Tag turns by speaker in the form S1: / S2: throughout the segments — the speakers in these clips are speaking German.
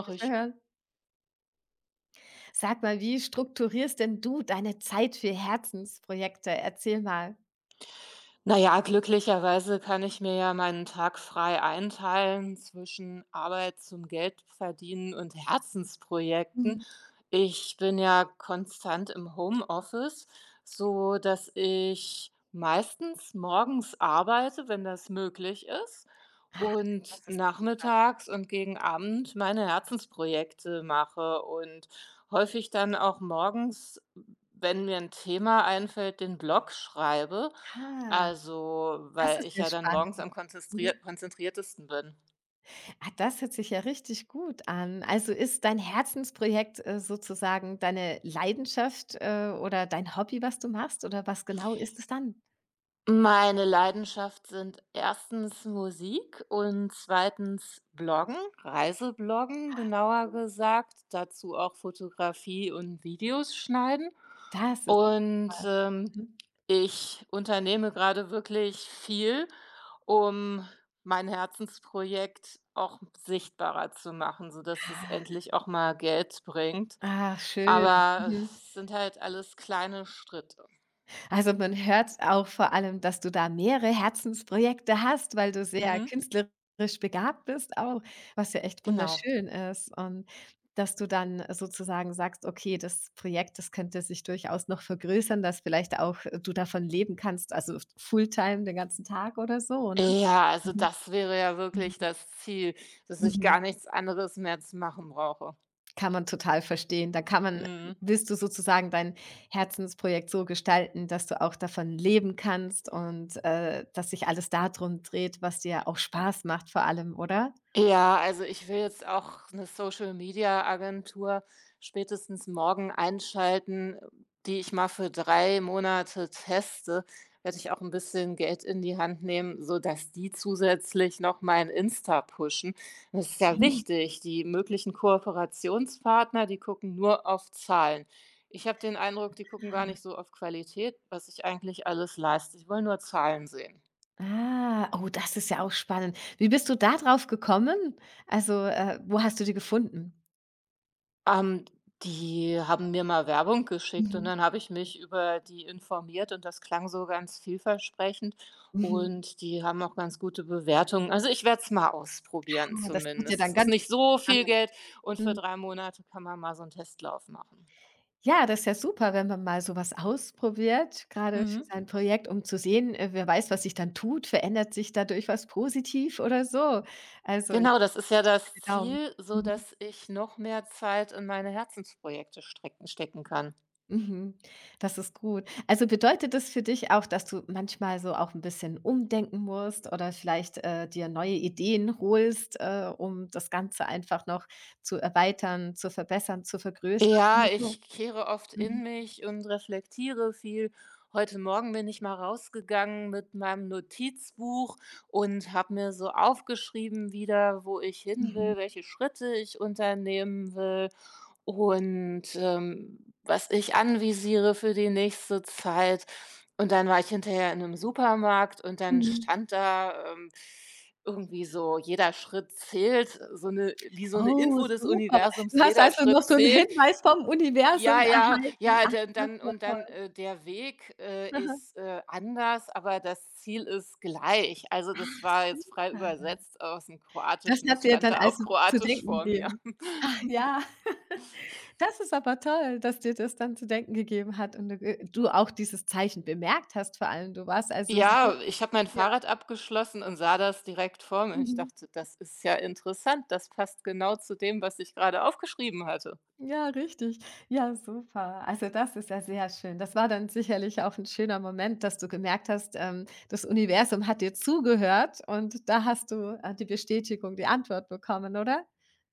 S1: Mache
S2: Nicht mehr
S1: ich.
S2: hören. Sag mal, wie strukturierst denn du deine Zeit für Herzensprojekte? Erzähl mal.
S1: Na ja, glücklicherweise kann ich mir ja meinen Tag frei einteilen zwischen Arbeit zum Geldverdienen und Herzensprojekten.
S2: Mhm.
S1: Ich bin ja konstant im Homeoffice, so dass ich meistens morgens arbeite, wenn das möglich ist, und
S2: Das ist ja super.
S1: nachmittags und gegen Abend meine Herzensprojekte mache und häufig dann auch morgens, wenn mir ein Thema einfällt, den Blog schreibe.
S2: Ah,
S1: Also,
S2: das
S1: weil
S2: ist
S1: ich
S2: ja
S1: ja dann
S2: spannend.
S1: morgens am konzentrier
S2: Mhm.
S1: konzentriertesten bin.
S2: Ah, das hört sich ja richtig gut an. Also ist dein Herzensprojekt, sozusagen deine Leidenschaft, oder dein Hobby, was du machst oder was genau ist es dann?
S1: Meine Leidenschaft sind erstens Musik und zweitens Bloggen, Reisebloggen
S2: Ah,
S1: genauer gesagt, dazu auch Fotografie und Videos schneiden.
S2: das ist
S1: Und,
S2: toll.
S1: ähm,
S2: Mhm.
S1: ich unternehme gerade wirklich viel, um mein Herzensprojekt auch sichtbarer zu machen, sodass es
S2: Ah,
S1: endlich auch mal Geld bringt.
S2: ah, schön.
S1: Aber
S2: Mhm.
S1: es sind halt alles kleine Schritte.
S2: Also man hört auch vor allem, dass du da mehrere Herzensprojekte hast, weil du sehr
S1: Mhm.
S2: künstlerisch begabt bist auch, was ja echt
S1: Genau.
S2: wunderschön ist. Und dass du dann sozusagen sagst, okay, das Projekt, das könnte sich durchaus noch vergrößern, dass vielleicht auch du davon leben kannst, also Fulltime den ganzen Tag oder so, ne?
S1: Ja, also
S2: Mhm.
S1: das wäre ja
S2: Mhm.
S1: wirklich das Ziel, dass ich gar
S2: Mhm.
S1: nichts anderes mehr zu machen brauche.
S2: Kann man total verstehen. Da kann man
S1: Mhm.
S2: willst du sozusagen dein Herzensprojekt so gestalten, dass du auch davon leben kannst und, dass sich alles darum dreht, was dir auch Spaß macht vor allem, oder?
S1: Ja, also ich will jetzt auch eine Social-Media-Agentur spätestens morgen einschalten, die ich mal für 3 Monate teste. Werde ich auch ein bisschen Geld in die Hand nehmen, so dass die zusätzlich noch mein Insta pushen. Das ist ja
S2: Mhm.
S1: wichtig. Die möglichen Kooperationspartner, die gucken nur auf Zahlen. Ich habe den Eindruck, die gucken gar nicht so auf Qualität, was ich eigentlich alles leiste. Ich will nur Zahlen sehen.
S2: Ah, oh, das ist ja auch spannend. Wie bist du da drauf gekommen? Also, wo hast du die gefunden?
S1: Ähm, Die haben mir mal Werbung geschickt und
S2: Mhm.
S1: dann habe ich mich über die informiert und das klang so ganz vielversprechend
S2: Mhm.
S1: und die haben auch ganz gute Bewertungen. Also, ich werde es mal ausprobieren
S2: Ah, das wird ja
S1: zumindest.
S2: dann
S1: Es ist
S2: ganz
S1: nicht so viel
S2: spannend.
S1: Geld und für
S2: Mhm.
S1: 3 Monate kann man mal so einen Testlauf machen.
S2: Ja, das ist ja super, wenn man mal so was ausprobiert, gerade für
S1: Mhm.
S2: sein Projekt, um zu sehen, wer weiß, was sich dann tut. Verändert sich dadurch was positiv oder so? Also, ich
S1: Genau, das
S2: drücke
S1: ist ja das
S2: die Daumen.
S1: Ziel, so
S2: Mhm.
S1: dass ich noch mehr Zeit in meine Herzensprojekte strecken stecken kann.
S2: Mhm. Das ist gut. Also, bedeutet das für dich auch, dass du manchmal so auch ein bisschen umdenken musst oder vielleicht, dir neue Ideen holst, um das Ganze einfach noch zu erweitern, zu verbessern, zu vergrößern
S1: Ja,
S2: oder so?
S1: ich kehre oft
S2: Mhm.
S1: in mich und reflektiere viel. Heute Morgen bin ich mal rausgegangen mit meinem Notizbuch und habe mir so aufgeschrieben wieder, wo ich hin
S2: Mhm.
S1: will, welche Schritte ich unternehmen will und was ich anvisiere für die nächste Zeit. Und dann war ich hinterher in einem Supermarkt und dann
S2: Mhm.
S1: stand da irgendwie so, jeder Schritt zählt, so eine, wie so eine
S2: Oh,
S1: Info des
S2: super.
S1: Universums,
S2: Du hast
S1: jeder
S2: also noch
S1: Schritt
S2: so 'n
S1: zählt.
S2: Hinweis vom
S1: Ja,
S2: Universum
S1: ja,
S2: erhalten.
S1: ja,
S2: Ach,
S1: dann
S2: das ist
S1: dann
S2: ja
S1: und dann,
S2: toll.
S1: äh, der Weg,
S2: Aha.
S1: ist, anders, aber das Ziel ist gleich. Also, das
S2: Ach,
S1: war jetzt frei
S2: super.
S1: übersetzt aus dem
S2: Das
S1: Kroatischen.
S2: hat
S1: Das
S2: dir
S1: stand
S2: dann
S1: da auf
S2: also zu
S1: Kroatisch
S2: denken
S1: vor mir.
S2: gegeben. Ach ja, das ist aber toll, dass dir das dann zu denken gegeben hat und du auch dieses Zeichen bemerkt hast vor allem. Du warst also so
S1: Ja, ich habe mein
S2: ja,
S1: Fahrrad abgeschlossen und sah das direkt vor mir. Ich
S2: mhm.
S1: dachte: „Das ist ja interessant. Das passt genau zu dem, was ich gerade aufgeschrieben hatte.“
S2: Ja, richtig. Ja, super. Also das ist ja sehr schön. Das war dann sicherlich auch ein schöner Moment, dass du gemerkt hast, das Universum hat dir zugehört und da hast du, die Bestätigung, die Antwort bekommen, oder?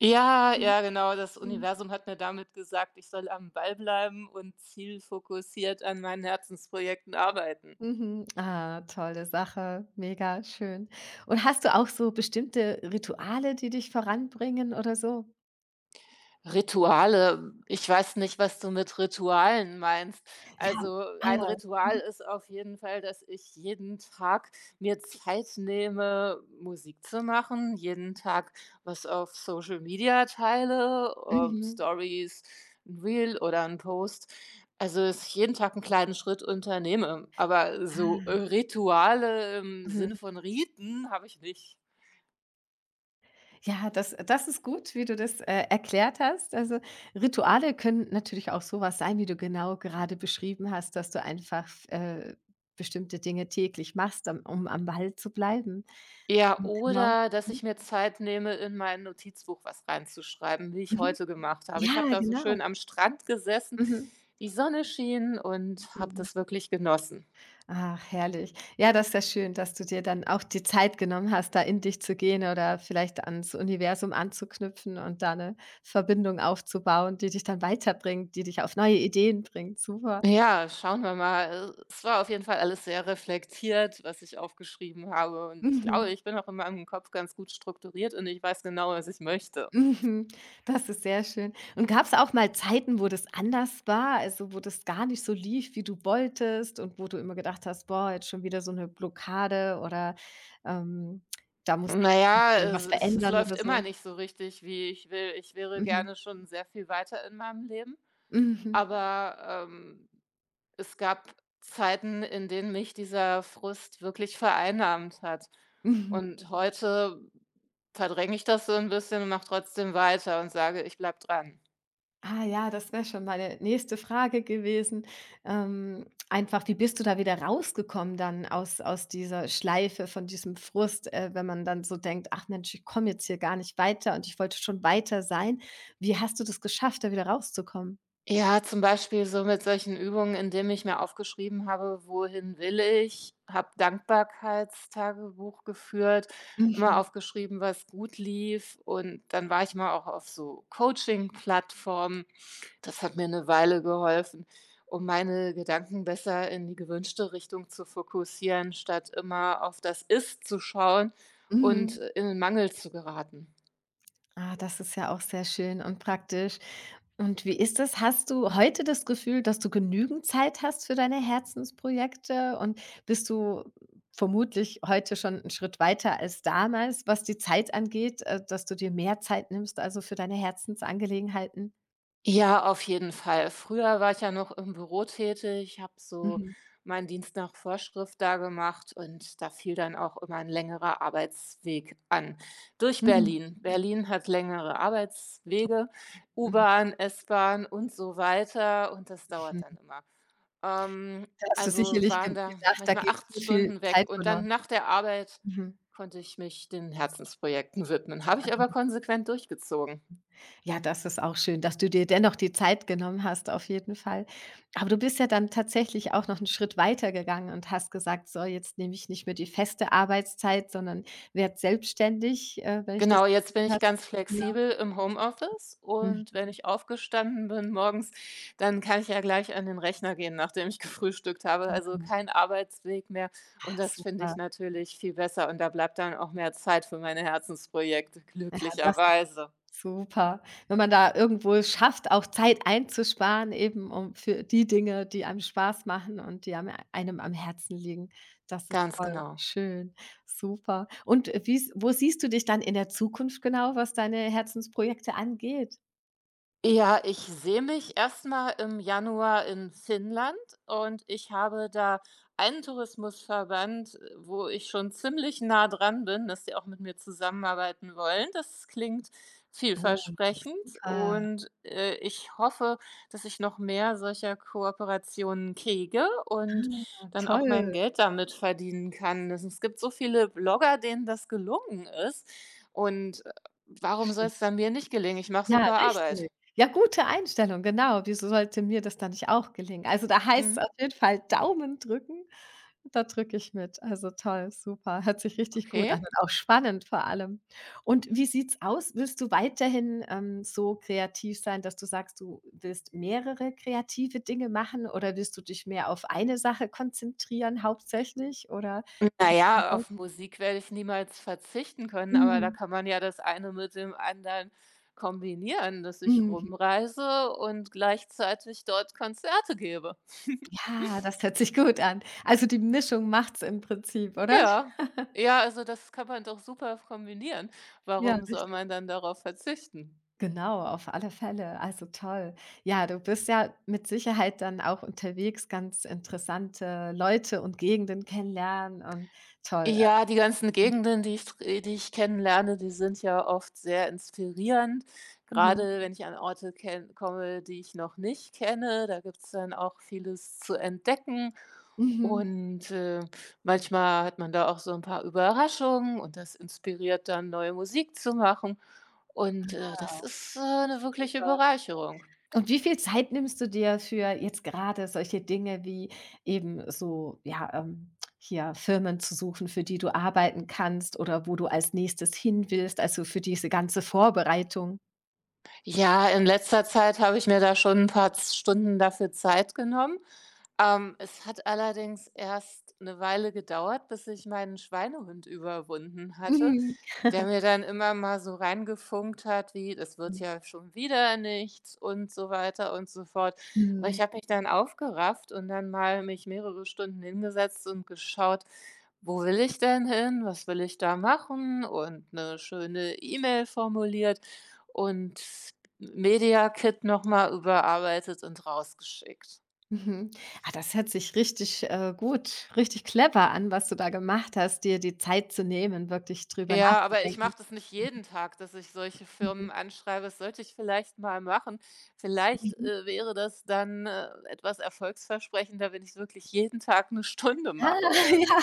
S1: Ja,
S2: Mhm.
S1: ja, genau. Das
S2: Mhm.
S1: Universum hat mir damit gesagt, ich soll am Ball bleiben und zielfokussiert an meinen Herzensprojekten arbeiten.
S2: Mhm. Ah, tolle Sache, mega schön. Und hast du auch so bestimmte Rituale, die dich voranbringen oder so?
S1: Rituale, ich weiß nicht, was du mit Ritualen meinst.
S2: Ja,
S1: Also ein
S2: ah,
S1: Ritual
S2: mhm.
S1: ist auf jeden Fall, dass ich jeden Tag mir Zeit nehme, Musik zu machen, jeden Tag was auf Social Media teile,
S2: Mhm.
S1: Stories, ein Reel oder ein Post. Also, dass ich jeden Tag einen kleinen Schritt unternehme, aber so
S2: Ah,
S1: Rituale im
S2: mhm.
S1: Sinne von Riten habe ich nicht.
S2: Ja, das ist gut, wie du das, erklärt hast. Also, Rituale können natürlich auch sowas sein, wie du genau gerade beschrieben hast, dass du einfach bestimmte Dinge täglich machst, am Ball zu bleiben.
S1: Ja,
S2: Also, genau.
S1: oder dass ich
S2: Mhm,
S1: mir Zeit nehme, in mein Notizbuch was reinzuschreiben, wie ich
S2: mhm.
S1: heute gemacht habe. Ich habe
S2: Ja,
S1: da so
S2: genau.
S1: schön am Strand gesessen,
S2: Mhm,
S1: die Sonne schien und habe
S2: mhm.
S1: das wirklich genossen.
S2: Ach, herrlich. Ja, das ist ja schön, dass du dir dann auch die Zeit genommen hast, da in dich zu gehen oder vielleicht ans Universum anzuknüpfen und da eine Verbindung aufzubauen, die dich dann weiterbringt, die dich auf neue Ideen bringt. Super.
S1: Ja, schauen wir mal. Es war auf jeden Fall alles sehr reflektiert, was ich aufgeschrieben habe. Und ich glaube,
S2: Mhm.
S1: ich bin auch in meinem Kopf ganz gut strukturiert und ich weiß genau, was ich möchte.
S2: Mhm, das ist sehr schön. Und gab es auch mal Zeiten, wo das anders war, also, wo das gar nicht so lief, wie du wolltest und wo du immer gedacht hast: „Boah, jetzt schon wieder so eine Blockade“ oder, ähm, „da muss ich
S1: Naja, es,
S2: irgendwas
S1: es es
S2: verändern“
S1: läuft
S2: oder
S1: immer
S2: so?
S1: nicht so richtig, wie ich will. Ich wäre
S2: Mhm.
S1: gerne schon sehr viel weiter in meinem Leben.
S2: Mhm.
S1: Aber es gab Zeiten, in denen mich dieser Frust wirklich vereinnahmt hat.
S2: Mhm.
S1: Und heute verdränge ich das so ein bisschen und mache trotzdem weiter und sage: „Ich bleib dran.“
S2: Ah ja, das wäre schon meine nächste Frage gewesen. Einfach, wie bist du da wieder rausgekommen dann aus dieser Schleife von diesem Frust, wenn man dann so denkt: „Ach Mensch, ich komme jetzt hier gar nicht weiter und ich wollte schon weiter sein.“ Wie hast du das geschafft, da wieder rauszukommen?
S1: Ja, zum Beispiel so mit solchen Übungen, indem ich mir aufgeschrieben habe, wohin will ich, habe Dankbarkeitstagebuch geführt, immer
S2: Mhm,
S1: aufgeschrieben, was gut lief und dann war ich mal auch auf so Coaching-Plattformen. Das hat mir eine Weile geholfen, um meine Gedanken besser in die gewünschte Richtung zu fokussieren, statt immer auf das Ist zu schauen
S2: mhm.
S1: und, in den Mangel zu geraten.
S2: Ah, das ist ja auch sehr schön und praktisch. Und wie ist das? Hast du heute das Gefühl, dass du genügend Zeit hast für deine Herzensprojekte? Und bist du vermutlich heute schon 'n Schritt weiter als damals, was die Zeit angeht, dass du dir mehr Zeit nimmst, also, für deine Herzensangelegenheiten?
S1: Ja, auf jeden Fall. Früher war ich ja noch im Büro tätig, habe so
S2: Mhm.
S1: meinen Dienst nach Vorschrift da gemacht und da fiel dann auch immer ein längerer Arbeitsweg an durch
S2: Mhm.
S1: Berlin. Berlin hat längere Arbeitswege,
S2: Mhm.
S1: U-Bahn, S-Bahn und so weiter und das dauert
S2: Mhm.
S1: dann immer. Ähm,
S2: Da hast du
S1: also,
S2: sicherlich ge
S1: waren da
S2: gedacht, da
S1: manchmal
S2: geht
S1: 8
S2: so viel
S1: Stunden weg
S2: Zeit
S1: und
S2: verloren.
S1: dann nach der Arbeit
S2: Mhm.
S1: konnte ich mich den Herzensprojekten widmen, habe ich
S2: Ah.
S1: aber konsequent durchgezogen.
S2: Ja, das ist auch schön, dass du dir dennoch die Zeit genommen hast, auf jeden Fall. Aber du bist ja dann tatsächlich auch noch einen Schritt weitergegangen und hast gesagt: „So, jetzt nehme ich nicht mehr die feste Arbeitszeit, sondern werde selbstständig“, wenn ich das
S1: Genau, jetzt
S2: richtig
S1: bin ich
S2: gehört habe.
S1: ganz
S2: Genau.
S1: flexibel im Homeoffice
S2: Mhm.
S1: und wenn ich aufgestanden bin morgens, dann kann ich ja gleich an den Rechner gehen, nachdem ich gefrühstückt habe. Also kein Arbeitsweg mehr und
S2: Ach
S1: das finde ich
S2: super.
S1: natürlich viel besser und da bleibt dann auch mehr Zeit für meine Herzensprojekte,
S2: Ja, das
S1: glücklicherweise.
S2: Super. Wenn man da irgendwo es schafft, auch Zeit einzusparen, eben um für die Dinge, die einem Spaß machen und die am einem am Herzen liegen. Das ist
S1: Ganz
S2: toll,
S1: genau.
S2: schön, super. Und wie s wo siehst du dich dann in der Zukunft genau, was deine Herzensprojekte angeht?
S1: Ja, ich sehe mich erstmal im Januar in Finnland und ich habe da einen Tourismusverband, wo ich schon ziemlich nah dran bin, dass die auch mit mir zusammenarbeiten wollen. Das klingt
S2: Oh, super.
S1: vielversprechend
S2: Ah,
S1: und, ich hoffe, dass ich noch mehr solcher Kooperationen kriege und dann auch
S2: toll,
S1: mein Geld damit verdienen kann. Das es gibt so viele Blogger, denen das gelungen ist und, warum soll
S2: schön.
S1: es dann mir nicht gelingen? Ich mache
S2: Ja,
S1: super Arbeit.
S2: richtig. Ja, gute Einstellung, genau. Wieso sollte mir das dann nicht auch gelingen? Also, da heißt es
S1: Mhm.
S2: auf jeden Fall Daumen drücken. Da drücke ich mit. Also toll, super. Hört sich richtig gut
S1: Okay.
S2: an und auch spannend vor allem. Und wie sieht's aus? Willst du weiterhin, so kreativ sein, dass du sagst, du willst mehrere kreative Dinge machen oder willst du dich mehr auf eine Sache konzentrieren hauptsächlich oder
S1: Na ja, auf Musik werde ich niemals verzichten können, aber da
S2: mhm,
S1: kann man ja das eine mit dem anderen kombinieren, dass ich
S2: mhm.
S1: rumreise und gleichzeitig dort Konzerte gebe.
S2: Ja, das hört sich gut an. Also die Mischung macht's im Prinzip, oder?
S1: Ja. Ja, also das kann man doch super kombinieren.
S2: Ja,
S1: Warum soll
S2: richtig.
S1: man dann darauf verzichten?
S2: Genau, auf alle Fälle. Also toll. Ja, du bist ja mit Sicherheit dann auch unterwegs, ganz interessante Leute und Gegenden kennenlernen und toll.
S1: Ja, die ganzen Gegenden, die ich kennenlerne, die sind ja oft sehr inspirierend.
S2: Mhm.
S1: Gerade wenn ich an Orte ken komme, die ich noch nicht kenne, da gibt's dann auch vieles zu entdecken.
S2: Mhm.
S1: Und, manchmal hat man da auch so ein paar Überraschungen und das inspiriert dann, neue Musik zu machen. Und, äh, das
S2: Ah,
S1: ist, äh, 'ne wirkliche
S2: super.
S1: Bereicherung.
S2: Und wie viel Zeit nimmst du dir für jetzt gerade solche Dinge wie eben so, ja, hier Firmen zu suchen, für die du arbeiten kannst oder wo du als nächstes hin willst, also für diese ganze Vorbereitung?
S1: Ja, in letzter Zeit habe ich mir da schon ein paar Z Stunden dafür Zeit genommen. Es hat allerdings erst eine Weile gedauert, bis ich meinen Schweinehund überwunden hatte,
S2: Mhm.
S1: der mir dann immer mal so reingefunkt hat wie: „Das wird ja schon wieder nichts“ und so weiter und so fort. Aber ich
S2: Mhm.
S1: habe mich dann aufgerafft und dann mal mich mehrere Stunden hingesetzt und geschaut: „Wo will ich denn hin? Was will ich da machen?“ Und eine schöne E-Mail formuliert und Media Kit noch mal überarbeitet und rausgeschickt.
S2: Mhm. Ah, das hört sich richtig, gut richtig clever an, was du da gemacht hast, dir die Zeit zu nehmen, wirklich drüber
S1: Ja, aber ich
S2: nachzudenken.
S1: mache das nicht jeden Tag, dass ich solche
S2: Mhm,
S1: Firmen anschreibe. Das sollte ich vielleicht mal machen. Vielleicht,
S2: mhm.
S1: äh, wäre das dann, etwas erfolgsversprechender, wenn ich wirklich jeden Tag 1 Stunde
S2: Ah,
S1: mache oder
S2: ja.
S1: so.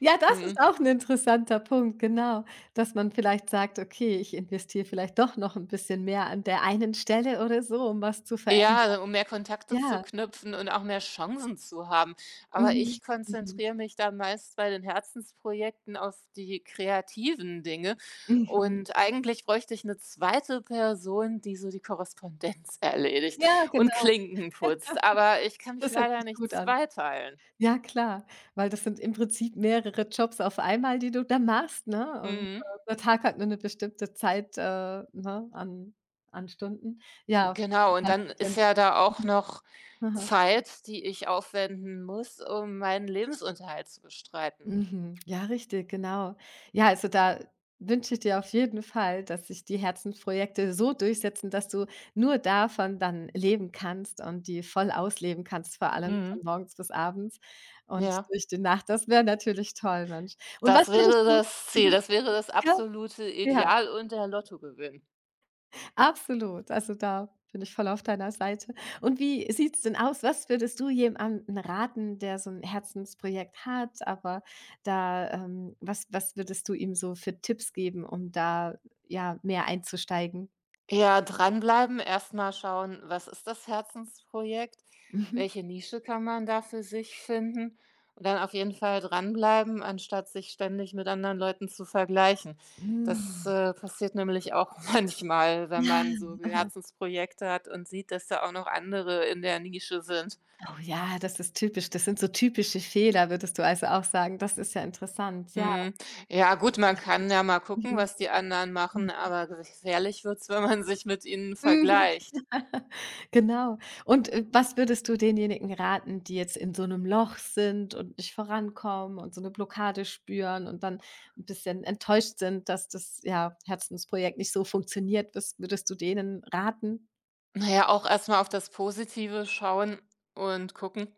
S2: Ja, das ist
S1: Mhm.
S2: auch ein interessanter Punkt, genau, dass man vielleicht sagt: „Okay, ich investiere vielleicht doch noch ein bisschen mehr an der einen Stelle oder so, um was zu
S1: Ja,
S2: verändern.“
S1: also, um mehr Kontakte zu
S2: Ja.
S1: knüpfen und auch mehr Chancen zu haben. Aber
S2: Mhm.
S1: ich
S2: Mhm.
S1: konzentriere mich dann meist bei den Herzensprojekten auf die kreativen Dinge.
S2: Mhm.
S1: Und eigentlich bräuchte ich eine zweite Person, die so die Korrespondenz erledigt
S2: Ja,
S1: und
S2: genau.
S1: Klinken putzt. Aber ich kann mich
S2: Das hört
S1: leider
S2: sich
S1: nicht
S2: gut an.
S1: zweiteilen.
S2: Ja klar, weil das sind im Prinzip mehrere Jobs auf einmal, die du da machst, ne? Und,
S1: Mhm.
S2: der Tag hat nur eine bestimmte Zeit, ne, an Stunden. Ja,
S1: Genau, und
S2: total
S1: dann ist
S2: verständlich.
S1: ja da auch noch
S2: Aha.
S1: Zeit, die ich aufwenden muss, um meinen Lebensunterhalt zu bestreiten.
S2: Mhm. Ja, richtig, genau. Ja, also, da wünsche ich dir auf jeden Fall, dass sich die Herzensprojekte so durchsetzen, dass du nur davon dann leben kannst und die voll ausleben kannst, vor allem von
S1: Mhm.
S2: morgens bis abends und
S1: Ja.
S2: durch die Nacht. Das wäre natürlich toll, Mensch. Und was
S1: Das
S2: würdest
S1: wäre
S2: du
S1: das Ziel,
S2: mhm.
S1: das wäre das
S2: Ja?
S1: absolute
S2: Ja,
S1: Ideal und der Lottogewinn.
S2: absolut. Also, da bin ich voll auf deiner Seite. Und wie sieht's denn aus? Was würdest du jemandem raten, der so ein Herzensprojekt hat, aber da, was würdest du ihm so für Tipps geben, um da, ja, mehr einzusteigen?
S1: Ja, dranbleiben, erst mal schauen, was ist das Herzensprojekt?
S2: Mhm.
S1: Welche Nische kann man da für sich finden? Und dann auf jeden Fall dranbleiben, anstatt sich ständig mit anderen Leuten zu vergleichen. Das,
S2: Hm.
S1: äh, passiert nämlich auch manchmal, wenn
S2: Ja,
S1: man so
S2: aha.
S1: Herzensprojekte hat und sieht, dass da auch noch andere in der Nische sind.
S2: Oh ja, das ist typisch. Das sind so typische Fehler, würdest du also auch sagen. Das ist ja interessant. Ja.
S1: Mhm. Ja gut, man kann ja mal gucken,
S2: Mhm.
S1: was die anderen machen, aber gefährlich wird's, wenn man sich mit ihnen
S2: Mhm.
S1: vergleicht.
S2: Genau. Und, was würdest du denjenigen raten, die jetzt in so einem Loch sind und nicht vorankommen und so eine Blockade spüren und dann ein bisschen enttäuscht sind, dass das, ja, Herzensprojekt nicht so funktioniert? Was würdest du denen raten?
S1: Na ja, auch erst mal auf das Positive schauen und gucken,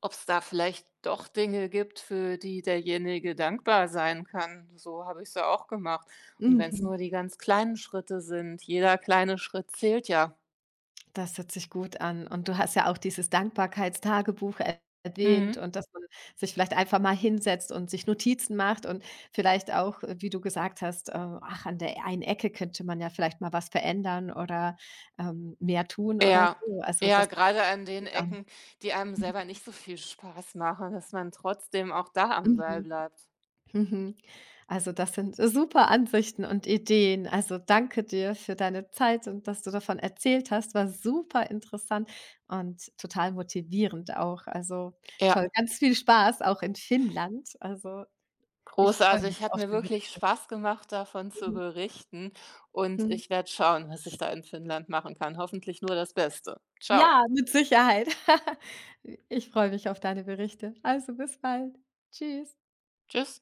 S1: ob's da vielleicht doch Dinge gibt, für die derjenige dankbar sein kann. So habe ich's ja auch gemacht. Und wenn's
S2: Mhm.
S1: nur die ganz kleinen Schritte sind, jeder kleine Schritt zählt ja.
S2: Das hört sich gut an. Und du hast ja auch dieses Dankbarkeitstagebuch er erwähnt
S1: Mhm.
S2: und dass man sich vielleicht einfach mal hinsetzt und sich Notizen macht und vielleicht auch, wie du gesagt hast, ach, an der einen Ecke könnte man ja vielleicht mal was verändern oder, mehr tun oder
S1: Ja,
S2: so. Also,
S1: ja,
S2: das hört
S1: gerade
S2: sich
S1: an den
S2: gut an.
S1: Ecken, die einem
S2: Mhm.
S1: selber nicht so viel Spaß machen, dass man trotzdem auch da am Ball
S2: Mhm.
S1: bleibt.
S2: Mhm. Also, das sind super Ansichten und Ideen. Also, danke dir für deine Zeit und dass du davon erzählt hast. War super interessant und total motivierend auch. Also,
S1: Ja,
S2: toll. Ganz viel Spaß auch in Finnland. Also, ich freue mich
S1: großartig. Hat
S2: auf
S1: mir
S2: die
S1: wirklich
S2: Berichte.
S1: Spaß gemacht, davon zu
S2: Mhm.
S1: berichten. Und
S2: Mhm.
S1: ich werde schauen, was ich da in Finnland machen kann. Hoffentlich nur das Beste. Ciao,
S2: Ja, mit Sicherheit. Ich freue mich auf deine Berichte. Also, bis bald. Tschüss.
S1: Tschüss.